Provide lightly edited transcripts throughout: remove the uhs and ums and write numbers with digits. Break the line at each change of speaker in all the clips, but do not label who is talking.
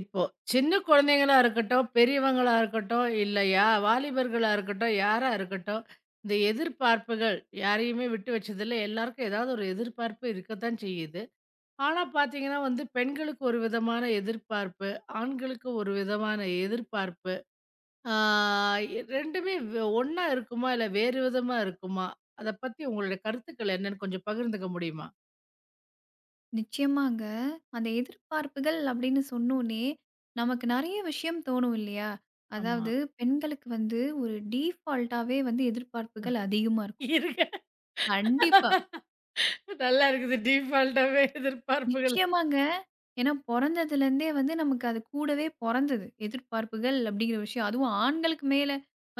இப்போ சின்ன குழந்தைங்களா இருக்கட்டும், பெரியவங்களா இருக்கட்டும், இல்ல யா வாலிபர்களா இருக்கட்டும், யாரா இருக்கட்டும், இந்த எதிர்பார்ப்புகள் யாரையுமே விட்டு வச்சதில்ல. எல்லாருக்கும் ஏதாவது ஒரு எதிர்பார்ப்பு இருக்கத்தான் செய்யுது. ஆனா பார்த்தீங்கன்னா வந்து, பெண்களுக்கு ஒரு விதமான எதிர்பார்ப்பு, ஆண்களுக்கு ஒரு விதமான எதிர்பார்ப்பு. ஆ 2மே ஒண்ணா இருக்குமா? இல்ல வேறு விதமா இருக்குமா? அத பத்தி உங்களுடைய கருத்துக்கள் என்னன்னு கொஞ்சம் பகிர்ந்துக்க முடியுமா?
நிச்சயமாங்க. அந்த எதிர்பார்ப்புகள் அப்படின்னு சொன்னோனே, நமக்கு நெறைய விஷயம் தோணும் இல்லையா?
ஆமா.
அதாவது பெண்களுக்கு வந்து ஒரு டீஃபால்ட்டாவே வந்து எதிர்பார்ப்புகள் அதிகமா இருக்கும்.
இருக்கு.
கண்டிப்பா.
நல்லா இருக்குது. டீஃபால்ட்டாவே எதிர்பார்ப்புகள்.
நிச்சயமாங்க. ஏன்னா பொறந்ததுலேருந்தே வந்து நமக்கு அது கூடவே பொறந்தது. எதிர்பார்ப்புகள் அப்படிங்கிற விஷயம். அதுவும் ஆண்களுக்கு மேல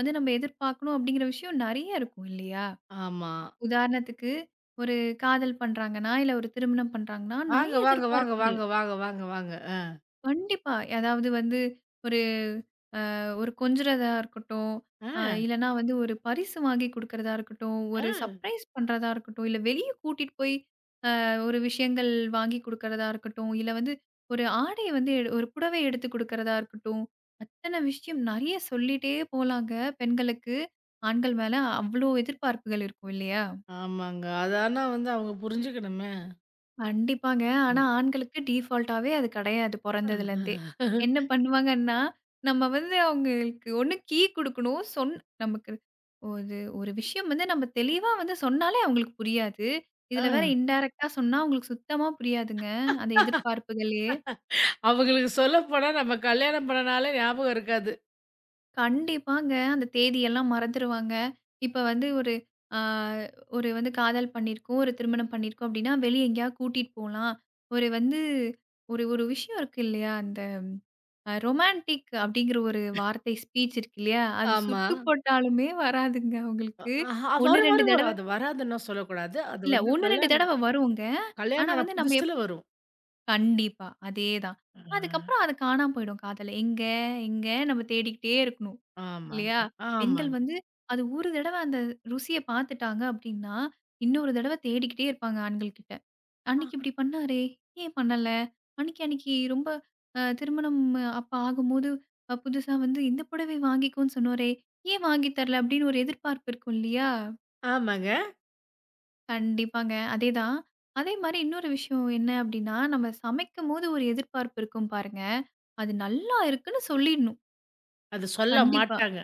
வந்து நம்ம எதிர்பார்க்கணும் அப்படிங்கிற விஷயம் நெறைய இருக்கும் இல்லையா?
ஆமா.
உதாரணத்துக்கு ஒரு காதல் பண்றாங்கன்னா, இல்ல ஒரு திருமணம் பண்றாங்கன்னா,
வாங்க,
நெறைய
வாங்க, வாங்க,
எதிர்பார்ப்புகள்.
வாங்க, வாங்க, வாங்க, வாங்க.
கண்டிப்பா. அதாவது வந்து ஒரு ஒரு கொஞ்சுறதா இருக்கட்டும்,
ஆ,
இல்லன்னா வந்து ஒரு பரிசு வாங்கி குடுக்குறதா இருக்கட்டும், ஒரு
ஆ.
சர்ப்ரைஸ் பண்றதா இருக்கட்டும், இல்ல வெளிய கூட்டிட்டு போய் ஒரு விஷயங்கள் வாங்கி குடுக்குறதா இருக்கட்டும், இல்ல வந்து ஒரு ஆடை வந்து ஒரு புடவை எடுத்து குடுக்குறதா இருக்கட்டும், அத்தன விஷயம் நெறைய சொல்லிட்டே போலாங்க பெண்களுக்கு. ஆண்கள் மேல அவ்ளோ எதிர்பார்ப்புகள் இருக்கும் இல்லையா?
ஆமாங்க. அது ஆனா வந்து அவங்க புரிஞ்சுக்கணுமே.
கண்டிப்பாங்க. ஆனா
ம்.
ஆண்களுக்கு டீஃபால்ட்டாவே அது கிடையாது பொறந்ததுலருந்தே.
ஆ.
என்ன பண்ணுவாங்கன்னா, நம்ம வந்து அவங்களுக்கு ஒண்ணு கீ குடுக்கணும். நமக்கு ஒரு ஒரு விஷயம் வந்து நம்ம தெளிவா வந்து சொன்னாலே அவங்களுக்கு புரியாது.
ஆ.
இதுல வேற இன்டைரக்ட்டா சொன்னா அவங்களுக்கு சுத்தமா புரியாதுங்க. அந்த எதிர்பார்ப்புகளே.
அவங்களுக்கு சொல்லப்போனா நம்ம கல்யாணம் பண்ண நாளே ஞாபகம் இருக்காது.
கண்டிப்பாங்க. அந்த தேதியெல்லாம் மறந்துருவாங்க. இப்ப வந்து ஒரு ஆ ஒரு வந்து காதல் பண்ணியிருக்கோம், ஒரு திருமணம் பண்ணியிருக்கோம் அப்டின்னா, வெளிய எங்கேயாவது கூட்டிட்டு போலாம். ஒரு வந்து ஒரு ஒரு விஷயம் இருக்கு இல்லையா? அந்த ரொமான்டிக் அப்டிங்கிற ஒரு வார்த்தை ஸ்பீச் இருக்கு இல்லையா? அது
ஆமா.
சுட்டு போட்டாலுமே வராதுங்க அவங்களுக்கு.
ஆஹா
1,
வரும்,
2
வரும், வரும்.
தடவ
அது வராதுன்னுலாம் சொல்லக்கூடாது. அது
இல்ல
வந்து
1, 2
கல்யாணம்
தடவ வருங்க. ஆனா
கல்யாணம் ஆன
வந்து நம்ம
புதுசுல வரும்.
கண்டிப்பா. அதேதான்.
ஆ.
அதுக்கப்புறம் அது காணாம போயிடும் காதல. எங்க எங்க நம்ம தேடிக்கிட்டே இருக்கணும்.
ஆமாங்க,
இல்லையா? பெண்கள்
ஆமாங்க.
வந்து அது ஒரு தடவ அந்த ருசிய பாத்துட்டாங்க அப்டின்னா, இன்னொரு தடவ தேடிக்கிட்டே இருப்பாங்க ஆண்கள் கிட்ட.
ஆ
"அன்னைக்கு இப்டி பண்ணாரே, ஏன் பண்ணல? அன்னைக்கு அன்னைக்கு ரொம்ப திருமணம் அப்ப ஆகும்போது புதுசா வந்து இந்த புடவை வாங்கிக்கோன்னு சொன்னாரே, ஏன் வாங்கி தரல?" அப்டின்னு ஒரு எதிர்பார்ப்பு இருக்கும் இல்லையா?
ஆமாங்க.
கண்டிப்பாங்க. அதேதான். அதே மாரி இன்னொரு விஷயம் என்ன அப்டின்னா, நம்ம சமைக்கும்போது ஒரு எதிர்பார்ப்பு இருக்கும் பாருங்க. அது நல்லா இருக்குன்னு சொல்லிடணும்.
அது சொல்ல
கண்டிப்பா.
மாட்டாங்க.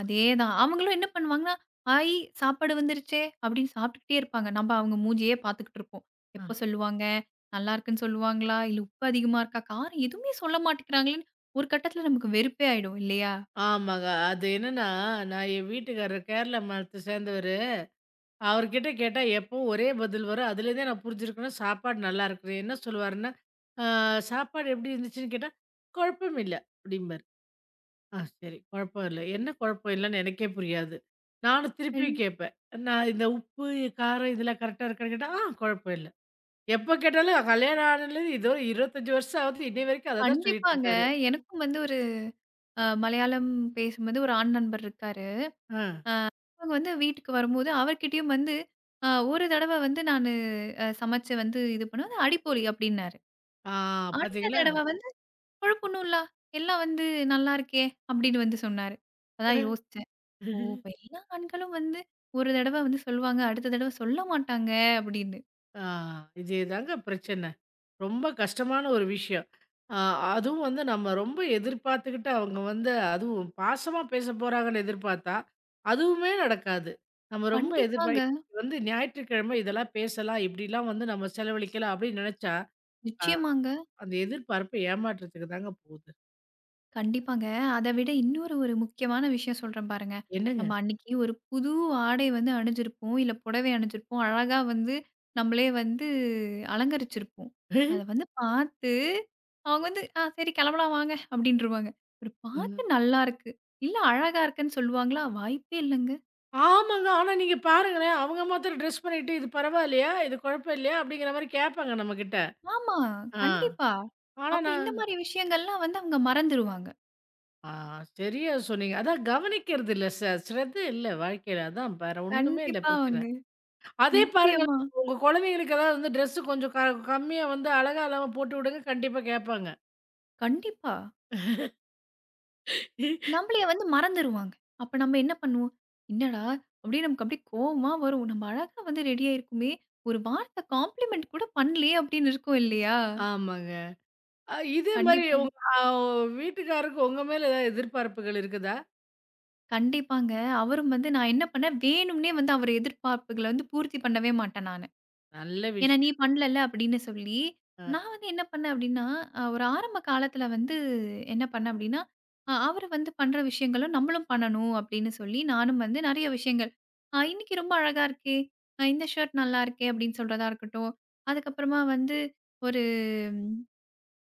அதேதான். அவங்களும் என்ன பண்ணுவாங்கன்னா, "ஹாய் சாப்பாடு வந்துருச்சே!" அப்படின்னு சாப்பிட்டுக்கிட்டே இருப்பாங்க. நம்ப அவங்க மூஞ்சியே பார்த்துக்கிட்டு இருப்போம்.
ஆ.
எப்ப சொல்லுவாங்க? நல்லா இருக்குன்னு சொல்லுவாங்களா? இல்ல உப்பு அதிகமா இருக்கா? காரம் எதுவுமே சொல்ல மாட்டேங்கிறாங்களேன்னு ஒரு கட்டத்தில நமக்கு வெறுப்பே ஆயிடும் இல்லையா?
ஆமாங்க. அது என்னன்னா, நான் என் வீட்டுக்காரர் கேரளா மாநிலத்த சேர்ந்தவர். அவர்கிட்ட கேட்டா எப்பவும் ஒரே பதில் வரும். அதுலேருந்தே நான் புரிஞ்சிருக்கணும் சாப்பாடு நல்லா இருக்குது. என்ன சொல்லுவாருன்னா, "ஆ சாப்பாடு எப்படி இருந்துச்சுன்னு?" கேட்டா, "குழப்பம் இல்ல" அப்படிம்பாரு. சரி, குழப்பம் இல்ல. என்ன குழப்பம் இல்லன்னு எனக்கே புரியாது. நானும் திருப்பி
கண்
கேட்பேன். நான் இந்த உப்பு, காரம் இதெல்லாம் கரெக்ட்டா இருக்கான்னு கேட்டா, குழப்பம் இல்ல." எப்ப கேட்டாலும் கல்யாணம் ஆனதுலேருந்து இதோ 25 வருஷம் ஆகுது. இன்னை வரைக்கும் அத தான் சொல்லிட்டு
கண்டிப்பாங்க.
இருக்காரு.
எனக்கும் வந்து ஒரு மலையாளம் பேசும்போது ஒரு ஆண் நண்பர் இருக்காரு.
ஆ,
அவங்க வந்து வீட்டுக்கு வரும்போது அவர்கிட்டயும் வந்து ஒரு தடவ வந்து நானு சமைச்சு வந்து இது பண்ணுவேன். அது அடிப்பொடி அப்படின்னாரு.
ஆ
அடுத்த
பாத்தீங்களா?
தடவ வந்து குழப்பம் இல்ல. எல்லாம் வந்து நல்லா இருக்கே! அப்படின்னு வந்து சொன்னாரு. அதான் யோசிச்சேன். ஓ! இப்ப எல்லா ஆண்களும் வந்து ஒரு தடவ வந்து சொல்லுவாங்க. அடுத்த தடவ சொல்ல மாட்டாங்க அப்படின்னு.
ஆ இதேதாங்க பிரச்சனை. ரொம்ப கஷ்டமான ஒரு விஷயம். அ அதுவும் வந்து நம்ம ரொம்ப எதிர்பார்த்துக்கிட்டு அவங்க வந்து அதுவும் பாசமா பேச போறாங்கன்னு எதிர்பார்த்தா, அதுவுமே நடக்காது. நம்ம ரொம்ப
கண்டிப்பாங்க.
வந்து ஞாயிற்றுக்கிழமை இதெல்லாம் பேசலாம், இப்படிலாம் வந்து நம்ம செலவழிக்கலாம் அப்படின்னு நெனச்சா, ஆ.
நிச்சயமாங்க.
அந்த எதிர்பார்ப்பு ஏமாற்றத்துக்கு தாங்க போகுது.
கண்டிப்பாங்க. அத விட இன்னொரு ஒரு முக்கியமான விஷயம் சொல்றேன் பாருங்க. நம்ம
என்னங்க?
அன்னைக்கு ஒரு புது ஆடை வந்து அணிஞ்சிருப்போம். இல்ல புடவை அணிஞ்சிருப்போம். அழகா வந்து நம்மளே வந்து அலங்கரிச்சிருப்போம். அத
ம்.
வந்து பார்த்து அவங்க வந்து, "ஆ சரி கிளம்பலாம் வாங்க" அப்படின்ருவாங்க. ஒரு பார்த்து நல்லாருக்கு. இல்ல அழகா இருக்குன்னு சொல்லுவாங்களா? வாய்ப்பே இல்லங்க.
ஆமாங்க. ஆனா நீங்க பாருங்களேன், அவங்க மாத்திரம் ட்ரெஸ் பண்ணிட்டு, "இது பரவாயில்லையா? இது குழப்பம் இல்லையா?" அப்படிங்கிற மாரி கேட்பாங்க நம்மகிட்ட.
ஆமா,
ஆ.
கண்டிப்பா.
ஆனா
அப்ப இந்த
நான்
மாரி விஷயங்கள்லாம் வந்து அவங்க மறந்துருவாங்க.
ஆ, சரியா சொன்னீங்க. அதான் கவனிக்கிறது இல்ல, ஸ்ரத்த இல்ல வாழ்க்கையில. அதான் வேற ஒண்ணுமே இல்ல
கண்டிப்பாங்க.
பிரச்சனை. அதே பாருங்க,
நிச்சயமா.
உங்க குழந்தைங்களுக்கு ஏதாவது வந்து ட்ரெஸ் கொஞ்சம் கம்மியா வந்து அழகா இல்லாம போட்டு விடுங்க, கண்டிப்பா கேட்பாங்க.
கண்டிப்பா. நம்மளைய வந்து மறந்துருவாங்க. அப்ப நம்ம என்ன பண்ணுவோம்? "என்னடா!" அப்படின்னு நமக்கு அப்படியே கோவமா வரும். நம்ம அழகா வந்து ரெடி ஆயிருக்குமே! ஒரு வார்த்தை காம்ப்ளிமெண்ட் கூட பண்ணலையே அப்படின்னு இருக்கும் இல்லையா?
ஆமாங்க. இதே மாரி
கண்டிப்பா.
உங்க வீட்டுக்காருக்கு உங்க மேல ஏதாவது எதிர்பார்ப்புகள் இருக்குதா?
கண்டிப்பாங்க. அவரும் வந்து நான் என்ன பண்ணேன், வேணும்னே வந்து அவர் எதிர்பார்ப்புகள வந்து பூர்த்தி பண்ணவே மாட்டேன் நானு.
நல்ல
ஏன்னா, "நீ
விஷயம்.
பண்ணலல்ல" அப்படின்னு சொல்லி.
அ
நான் வந்து என்ன பண்ணேன் அப்படின்னா, ஒரு ஆரம்ப காலத்தில வந்து என்ன பண்ணேன் அப்படின்னா, அவரு வந்து பண்ற விஷயங்கள நம்மளும் பண்ணணும் அப்படின்னு சொல்லி, நானும் வந்து நெறைய விஷயங்கள், இன்னைக்கு ரொம்ப அழகா இருக்கே! இந்த ஷர்ட் நல்லா இருக்கே!" அப்படின்னு சொல்றதா இருக்கட்டும். அதுக்கப்புறமா வந்து ஒரு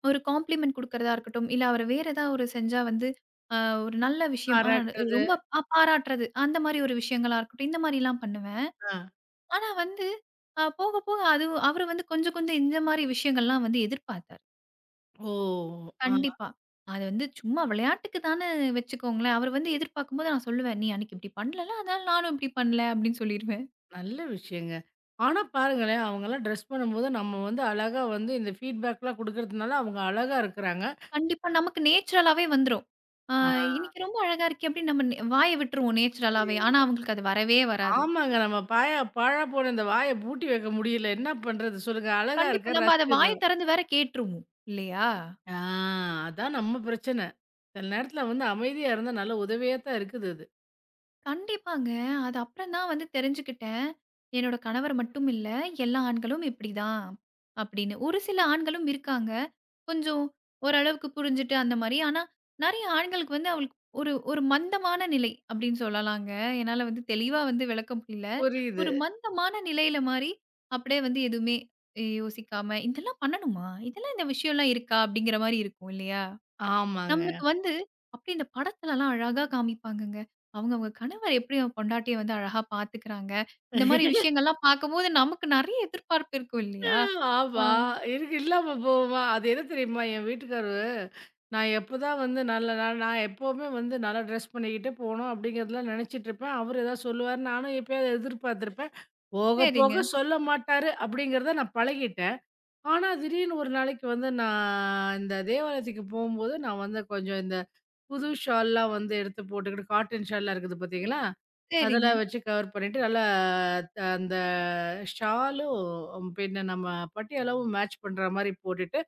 ஒரு காம்ப்ளிமெண்ட் குடுக்கறதா இருக்கட்டும். இல்ல அவரு வேற ஏதாவது ஒரு செஞ்சா வந்து, அ ஒரு நல்ல விஷயம்,
பாராட்டுறது.
ரொம்ப பாராட்டுறது. அந்த மாரி ஒரு விஷயங்களா இருக்கட்டும். இந்த மாரிலாம் பண்ணுவேன்.
ஆ.
ஆனா வந்து போக, போக அது அவரு வந்து கொஞ்சம், கொஞ்சம் இந்த மாரி விஷயங்கள்லாம் வந்து எதிர்பார்த்தாரு.
ஓ! ஆ
கண்டிப்பா. அது வந்து சும்மா விளையாட்டுக்கு தான்னு வச்சுக்கோங்களேன். அவரு வந்து எதிர்பார்க்கும்போது நான் சொல்லுவேன், "நீ அன்னைக்கு இப்படி பண்ணலல்ல, அதனால நானும் இப்படி பண்ணல" அப்படின்னு சொல்லிருவேன்.
நல்ல விஷயங்க. ஆனா பாருங்களேன், அவங்கலாம் ட்ரெஸ் பண்ணும்போது நம்ம வந்து அழகா வந்து இந்த ஃபீட்பேக்லாம் குடுக்கறதுனால அவங்க அழகா இருக்குறாங்க.
கண்டிப்பா நமக்கு நேச்சுரலாவே வந்துரும். "ஆ
ஆ.
இன்னைக்கு ரொம்ப அழகா இருக்கே" அப்படின்னு நம்ம வாய விட்டுருவோம் நேச்சுரலாவே. ஆனா அவங்களுக்கு அது வரவே வராது.
ஆமாங்க. நம்ம பாயா பாழா போன இந்த வாய பூட்டி வைக்க முடியல. என்ன பண்றது சொல்லுங்க? அழகா
கண்டிப்பா
இருக்க
நம்ம அத வாய
ரசிச்சிடுறோம்.
திறந்து வேற கேட்டுருவோம். இல்லையா?
ஆ அதான் நம்ம பிரச்சனை. சில நேரத்துல வந்து அமைதியா இருந்தா நல்ல உதவியா தான் இருக்குது அது.
கண்டிப்பாங்க. அது அப்புறம் தான் வந்து தெரிஞ்சுக்கிட்டேன். என்னோட கணவர் மட்டும் இல்ல, எல்லா ஆண்களும் இப்படிதான் அப்படின்னு. ஒரு சில ஆண்களும் இருக்காங்க. கொஞ்சம் ஓரளவுக்கு புரிஞ்சுட்டு அந்த மாரி. ஆனா, நெறைய ஆண்களுக்கு வந்து அவளுக்கு ஒரு ஒரு மந்தமான நிலை அப்படின்னு சொல்லலாங்க. என்னால வந்து தெளிவா வந்து விளக்க முடியல.
புரியுது.
ஒரு மந்தமான நிலையில மாரி அப்படியே வந்து எதுவுமே யோசிக்காம, "இதெல்லாம் பண்ணணுமா? இதெல்லாம் இந்த விஷயம்லாம் இருக்கா?" அப்படிங்கிற மாரி இருக்கும் இல்லையா?
ஆமாங்க.
நம்மளுக்கு வந்து அப்படி இந்த படத்துலலாம் அழகா காமிப்பாங்கங்க. அவங்கவங்க கணவர் எப்படி அவங்க பொண்டாட்டிய வந்து அழகா பார்த்துக்கிறாங்க. இந்த மாரி விஷயங்கள்லாம் பார்க்கும்போது நமக்கு நெறைய எதிர்பார்ப்பு இருக்கும் இல்லையா? ஆ
ஆமா. இருக்கு இல்லாம போகுமா? அது என்ன தெரியுமா? என் வீட்டுக்காரு, நான் எப்பதான் வந்து நல்ல நான் நான் எப்பவுமே வந்து நல்லா ட்ரெஸ் பண்ணிக்கிட்டு போணும் அப்படிங்கிறதெல்லாம் நெனச்சிட்டுருப்பேன். அவரு ஏதாவது சொல்லுவாரு. நானும் எப்பயாவது எதிர்பார்த்துருப்பேன். போக
சரிங்க,
போக சொல்ல மாட்டாரு அப்படிங்கிறத நான் பழகிட்டேன். ஆனா, திடீர்னு ஒரு நாளைக்கு வந்து நான் இந்த தேவாலயத்துக்கு போம்போது, நான் வந்து கொஞ்சம் இந்த புது ஷால்லாம் வந்து எடுத்து போட்டுக்கிட்டு, காட்டன் ஷால்லாம் இருக்குது பார்த்தீங்களா?
சரிங்க,
அதெல்லாம் வச்சு கவர் பண்ணிட்டு, நல்லா அந்த ஷாலும் பின்ன நம்ம பட்டியாலாவும் மேட்ச் பண்ற மாரி போட்டுட்டு,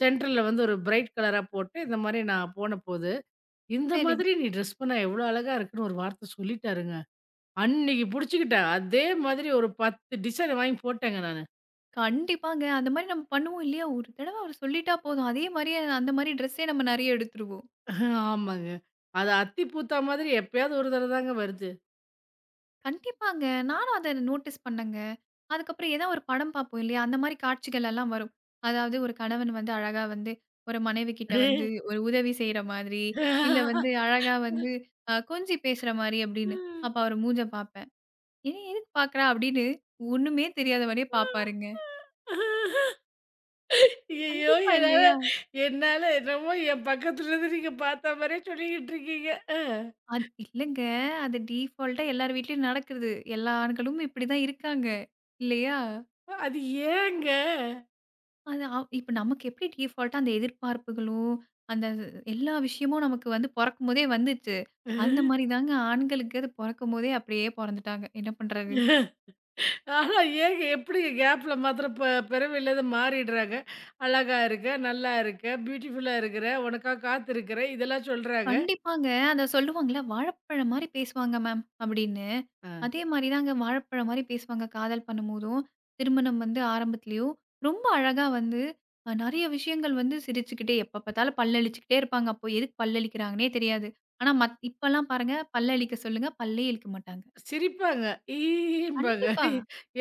சென்டர்ல வந்து ஒரு பிரைட் கலரா போட்டு, இந்த மாரி நான் போனபோது, "இந்த
சரிங்க.
மாதிரி நீ ட்ரெஸ் பண்ணா எவ்ளோ அழகா இருக்குன்னு" ஒரு வார்த்த சொல்லிட்டாருங்க. அன்னைக்கு புடிச்சுக்கிட்டேன். அதே மாதிரி ஒரு 10 டிசைன் வாங்கி போட்டேங்க நானு.
கண்டிப்பாங்க. அந்த மாரி நம்ம பண்ணுவோம் இல்லையா? ஒரு தடவ அவரு சொல்லிட்டா போதும். அதே மாரியே அந்த மாரி ட்ரெஸ்ஸே நம்ம நெறைய எடுத்துருவோம்.
ஆமாங்க. அது அத்தி பூத்தா மாதிரி எப்பயாவது ஒரு தடவ தாங்க வருது.
கண்டிப்பாங்க. நானும் அத நோட்டீஸ் பண்ணேங்க. அதுக்கப்புறம் ஏதாவது ஒரு படம் பார்ப்போம் இல்லையா? அந்த மாரி காட்சிகள் எல்லாம் வரும். அதாவது ஒரு கணவன் வந்து அழகா வந்து ஒரு மனைவி கிட்ட வந்து ஒரு உதவி செய்ற மாதிரி, இல்ல வந்து அழகா வந்து கொஞ்சி பேசுற மாரி அப்படின்னு. அப்ப அவர் மூஞ்ச பார்ப்பேன். "ஏன் எதுக்கு பார்க்குறா?" அப்படின்னு ஒண்ணுமே தெரியாத மாரியே பார்ப்பாருங்க.
ஐயய்யோ!
கண்டிப்பா
என்னால
இல்லையா?
என்னால என்னமோ என் பக்கத்துல இருந்து நீங்க பாத்த மாரியே சொல்லிக்கிட்டு இருக்கீங்க. அ
அது இல்லங்க. அது டீஃபால்ட்டா எல்லார் வீட்லயும் நடக்குது. எல்லா ஆண்களும் இப்படிதான் இருக்காங்க. இல்லையா?
அது ஏங்க?
அது இப்ப நமக்கு எப்படி டிஃபால்ட்டா அந்த எதிர்பார்ப்புகளும், அந்த எல்லா விஷயமும் நமக்கு வந்து பொறக்கும்போதே வந்துச்சு. அந்த மாரி தாங்க ஆண்களுக்கு அது பொறக்கும்போதே அப்படியே பொறந்துட்டாங்க. என்ன பண்றது?
ஆனா ஏங்க எப்படிங்க கேப்ல மாத்திரம் பிறவியிலேருந்து மாறிடுறாங்க. அழகா இருக்க, நல்லா இருக்க, பியூட்டிஃபுல்லா இருக்கிற, உனக்காக காத்திருக்கிறேன் இதெல்லாம் சொல்றாங்க.
கண்டிப்பாங்க. அத சொல்லுவாங்கல்ல, "வாழைப்பழம் மாரி பேசுவாங்க மேம்" அப்படின்னு. அதே மாரி தாங்க வாழைப்பழம் மாரி பேசுவாங்க காதல் பண்ணும்போதும், திருமணம் வந்து ஆரம்பத்திலயும். ரொம்ப அழகா வந்து நெறைய விஷயங்கள் வந்து சிரிச்சுக்கிட்டே எப்ப பார்த்தாலும் பல்லழிச்சுக்கிட்டே இருப்பாங்க. அப்போ எதுக்கு பல்லழிக்கிறாங்கன்னே தெரியாது. ஆனா இப்பலாம் பாருங்க பல்லழிக்க சொல்லுங்க, பல்லே இளிக்க மாட்டாங்க.
சிரிப்பாங்க. ஈம்பாங்க.
கண்டிப்பா.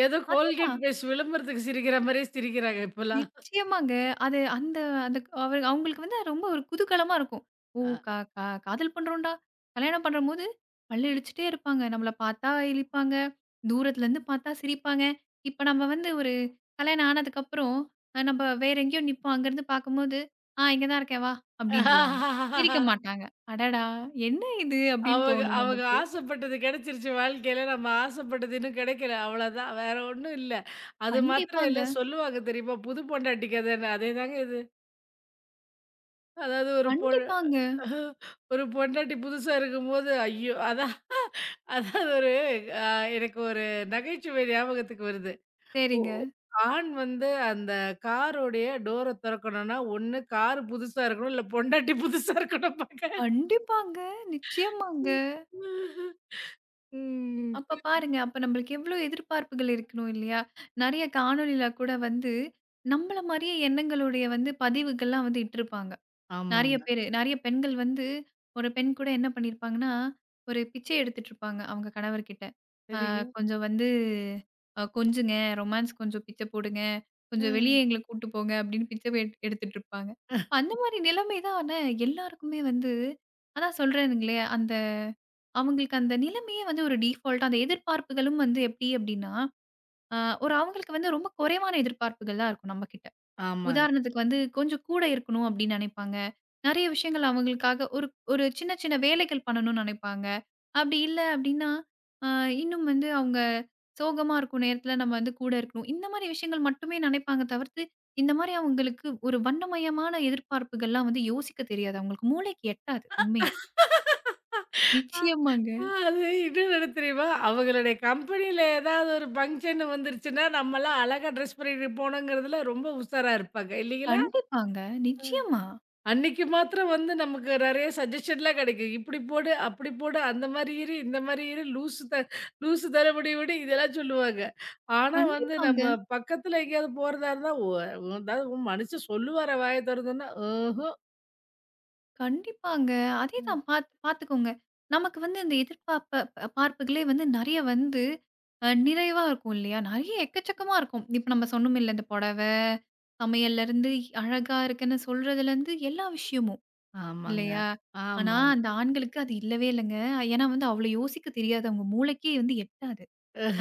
ஏதோ கோல்கேட்
அதேதான்.
பேஸ்ட் விளம்பரத்துக்கு சிரிக்கிற மாரியே சிரிக்கிறாங்க இப்பலாம்.
நிச்சயமாங்க. அது அந்த அந்த அவரு அவங்களுக்கு வந்து ரொம்ப ஒரு குதூகலமா இருக்கும். ஓ!
அ
கா கா காதல் பண்றோம்டா. கல்யாணம் பண்ணும்போது பல்ல இளிச்சுட்டே இருப்பாங்க. நம்மள பார்த்தா இளிப்பாங்க. தூரத்துலருந்து பார்த்தா சிரிப்பாங்க. இப்ப நம்ம வந்து ஒரு கல்யாணம் ஆனதுக்கப்புறம், நம்ப வேற எங்கேயோ நிப்போம். அங்கருந்து பார்க்கும்போது, "ஆ இங்க தான் இருக்கேன் வா" அப்படின்ருவாங்க. சிரிக்க மாட்டாங்க. அடடா! என்ன இது அப்படின்னு
அவங்க
தோணும்
அவங்க
நமக்கு.
ஆசைப்பட்டது கிடைச்சிருச்சு வாழ்க்கையில. நம்ம ஆசைப்பட்டது இன்னும் கிடைக்கல. அவ்வளோதான். வேற ஒண்ணும் இல்ல. அது மாத்திரம்
கண்டிப்பாங்க,
இல்ல சொல்லுவாங்க தெரியுமா? புது பொண்டாட்டி கதைன்னு. அதேதாங்க இது. அதாவது
கண்டிப்பாங்க.
ஒரு பொண்டாட்டி புதுசா இருக்கும்போது, ஐயோ! அதான் அதாவது ஒரு அ எனக்கு ஒரு நகைச்சுவை ஞாபகத்துக்கு வருது.
சரிங்க.
ஆண் வந்து அந்த காருடைய டோர தொறக்கணும்னா, ஒண்ணு கார் புதுசா இருக்கணும், இல்ல பொண்டாட்டி புதுசா இருக்கணும் பாக்க.
கண்டிப்பாங்க. நிச்சயமாங்க.
ம்.
அப்ப பாருங்க. அப்ப நம்மளுக்கு எவ்ளோ எதிர்பார்ப்புகள் இருக்கணும் இல்லையா? நெறைய காணொளில கூட வந்து, நம்மள மாரியே எண்ணங்களுடைய வந்து பதிவுகள்லாம் வந்து இட்டிருப்பாங்க. நெறைய
ஆமாங்க.
பேரு. நெறைய பெண்கள் வந்து, ஒரு பெண் கூட என்ன பண்ணியிருப்பாங்கன்னா, ஒரு பிச்சை எடுத்துட்டுருப்பாங்க அவங்க கணவர்கிட்ட.
சரிங்க.
கொஞ்சம் வந்து கொஞ்சுங்க, ரொமான்ஸ் கொஞ்சம் பிச்சை போடுங்க, கொஞ்சம் வெளியே
ம்.
எங்கள கூட்டு போங்க அப்படின்னு பிச்சை எடுத்துட்டுருப்பாங்க. அந்த மாரி நிலைமை தான் ஆனா எல்லாருக்குமே வந்து அதான் சொல்றேனுங்களே, அந்த அவங்களுக்கு அந்த நிலைமையே வந்து ஒரு டீஃபால்ட்டா அந்த எதிர்பார்ப்புகளும் வந்து எப்படி அப்படின்னா, அ ஒரு அவங்களுக்கு வந்து ரொம்ப குறைவான எதிர்பார்ப்புகள் தான் இருக்கும் நம்மகிட்ட.
ஆமாங்க.
உதாரணத்துக்கு வந்து கொஞ்சம் கூட இருக்கணும் அப்படின்னு நினைப்பாங்க. நெறைய விஷயங்கள் அவங்களுக்காக ஒரு ஒரு சின்ன சின்ன வேலைகள் பண்ணணும்னு நினைப்பாங்க. அப்படி இல்ல அப்படின்னா, அ இன்னும் வந்து அவங்க சோகமா இருக்கும் நேரத்துல நம்ம வந்து கூட இருக்கணும். இந்த மாரி விஷயங்கள் மட்டுமே நினைப்பாங்க தவிர்த்து, இந்த மாரி அவங்களுக்கு ஒரு வண்ணமயமான எதிர்பார்ப்புகள்லாம் வந்து யோசிக்க தெரியாது. அவங்களுக்கு மூளைக்கு எட்டாது உண்மையா.
ஆ.
நிச்சயமாங்க.
அது இன்னும் என்ன தெரியுமா? அவங்களுடைய கம்பெனியில ஏதாவது ஒரு ஃபங்ஷன் வந்துருச்சுன்னா, நம்மலாம் அழகா ட்ரெஸ் பண்ணிட்டு போணுங்கிறதுல ரொம்ப உஷாரா இருப்பாங்க. இல்லைங்களா?
கண்டிப்பாங்க. நிச்சயமா.
அன்னைக்கு மாத்திரம் வந்து நமக்கு நிறைய சஜஷன்லாம் கிடைக்கும். இப்படி போடு, அப்படி போடு, அந்த மாரி இரு, இந்த மாரி இரு, லூசு தனபடி விடு இதெல்லாம் சொல்லுவாங்க. ஆனா வந்து
கண்டிப்பாங்க,
நம்ம பக்கத்துல எங்கேயாவது போறதா இருந்தா, அதாவது மனுஷன் சொல்லுவாரா வாய தொறந்தன்னா, ம்ஹ்ம்.
கண்டிப்பாங்க.
ம்.
அதேதான் பாத்துக்கோங்க. நமக்கு வந்து இந்த எதிர்பார்ப்ப ப பார்ப்புகளே வந்து நெறைய வந்து நிறைவா இருக்கும் இல்லையா? நெறைய எக்கச்சக்கமா இருக்கும். இப்ப நம்ம சொன்னோம் இல்ல இந்த புடவ, சமையல்லருந்து அழகா இருக்குன்னு சொல்றதுலருந்து எல்லா விஷயமும்
ஆமாங்க,
இல்லையா? ஆனா,
ஆமாங்க.
அந்த ஆண்களுக்கு அது இல்லவே இல்லங்க. ஏன்னா வந்து அவ்வளோ யோசிக்க தெரியாது. அவங்க மூளைக்கே வந்து எட்டாது.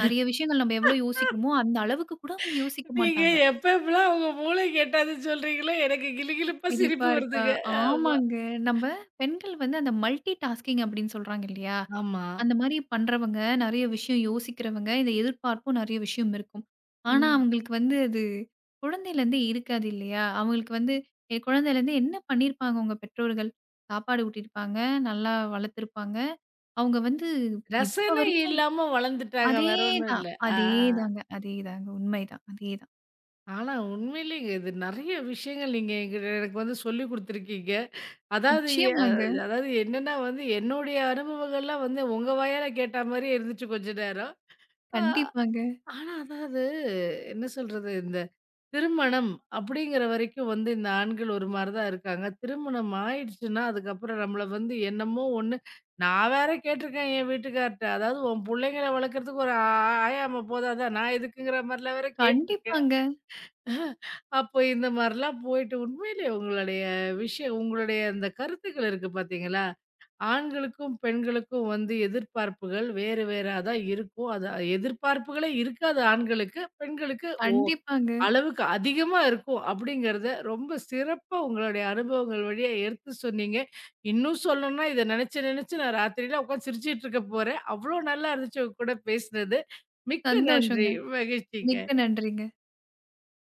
நெறைய விஷயங்கள் நம்ம எவ்வளோ யோசிக்கிறோமோ, அந்த அளவுக்கு கூட அவங்க யோசிக்க
நீங்க
மாட்டாங்க.
எப்ப எப்பலாம் உங்க மூளைக்கு எட்டாதுன்னு சொல்றீங்களோ, எனக்கு கிலுகிலுப்பா
சிரிப்பா
சிரிப்பு
இருக்கா?
வருதுங்க. ஆமா.
ஆமாங்க. நம்ம பெண்கள் வந்து அந்த மல்டி டாஸ்கிங் அப்படின்னு சொல்றாங்க இல்லையா?
ஆமா.
அந்த மாரி பண்றவங்க, நெறைய விஷயம் யோசிக்கிறவங்க, இந்த எதிர்பார்ப்பும் நெறைய விஷயம் இருக்கும். ஆனா,
ம்.
அவங்களுக்கு வந்து அது குழந்தையிலேருந்தே இருக்காது இல்லையா? அவங்களுக்கு வந்து குழந்தையிலேருந்தே என்ன பண்ணியிருப்பாங்க உங்க பெற்றோர்கள்? சாப்பாடு ஊட்டியிருப்பாங்க, நல்லா வளர்த்துருப்பாங்க. அவங்க வந்து இப்ப
ரசனை
வரைக்கும்
இல்லாம வளர்ந்துட்டாங்க. வேற ஒண்ணும்
அதேதான்,
இல்ல. ஆ.
அதேதாங்க, அதேதாங்க. உண்மைதான். அதேதான்.
ஆனா உண்மையிலேங்க இது நெறைய விஷயங்கள் நீங்க என்கிட்ட எனக்கு வந்து சொல்லிக் குடுத்துருக்கீங்க. அதாவது எ
நிச்சயமாங்க.
அதாவது என்னன்னா வந்து என்னுடைய அனுபவங்கள்லாம் வந்து உங்க வாயால கேட்ட மாரியே இருந்துச்சு கொஞ்ச நேரம். ஆ
கண்டிப்பாங்க.
ஆனா அதாவது என்ன சொல்றது? இந்த திருமணம் அப்படிங்கிற வரைக்கும் வந்து இந்த ஆண்கள் ஒரு மாரி தான் இருக்காங்க. திருமணம் ஆயிடுச்சுன்னா, அதுக்கப்புறம் நம்மள வந்து என்னமோ ஒண்ணு, நான் வேற கேட்டுருக்கேன் என் வீட்டுக்கார்ட்ட. அதாவது உன் புள்ளைங்கள வளர்க்கறதுக்கு ஒரு ஆ ஆயாம்மா போதாதா? நான் எதுக்குங்கிற மாரிலாம் வேற கேட்டுருக்கேன்.
கண்டிப்பாங்க,
அப்போ இந்த மாரிலாம் போயிட்டு உண்மையிலே உங்களுடைய விஷயம் உங்களுடைய அந்த கருத்துக்கள் இருக்கு பார்த்தீங்களா? ஆண்களுக்கும், பெண்களுக்கும் வந்து எதிர்பார்ப்புகள் வேறு வேறா தான் இருக்கும். அது எதிர்பார்ப்புகளே இருக்காது ஆண்களுக்கு. பெண்களுக்கு ஓ
கண்டிப்பாங்க.
அளவுக்கு அதிகமா இருக்கும் அப்படிங்கிறத ரொம்ப சிறப்பா உங்களுடைய அனுபவங்கள் வழியா எடுத்து சொன்னீங்க. இன்னும் சொல்லணும்னா இத நெனச்சு நெனச்சு நான் ராத்திரிலாம் உட்காந்து சிரிச்சுட்டு இருக்க போறேன். அவ்வளோ நல்லா இருந்துச்சு உங்க கூட பேசினது. மிக்க நன்றி.
சந்தோஷங்க. மிக்க
மகிழ்ச்சி.
நன்றிங்க.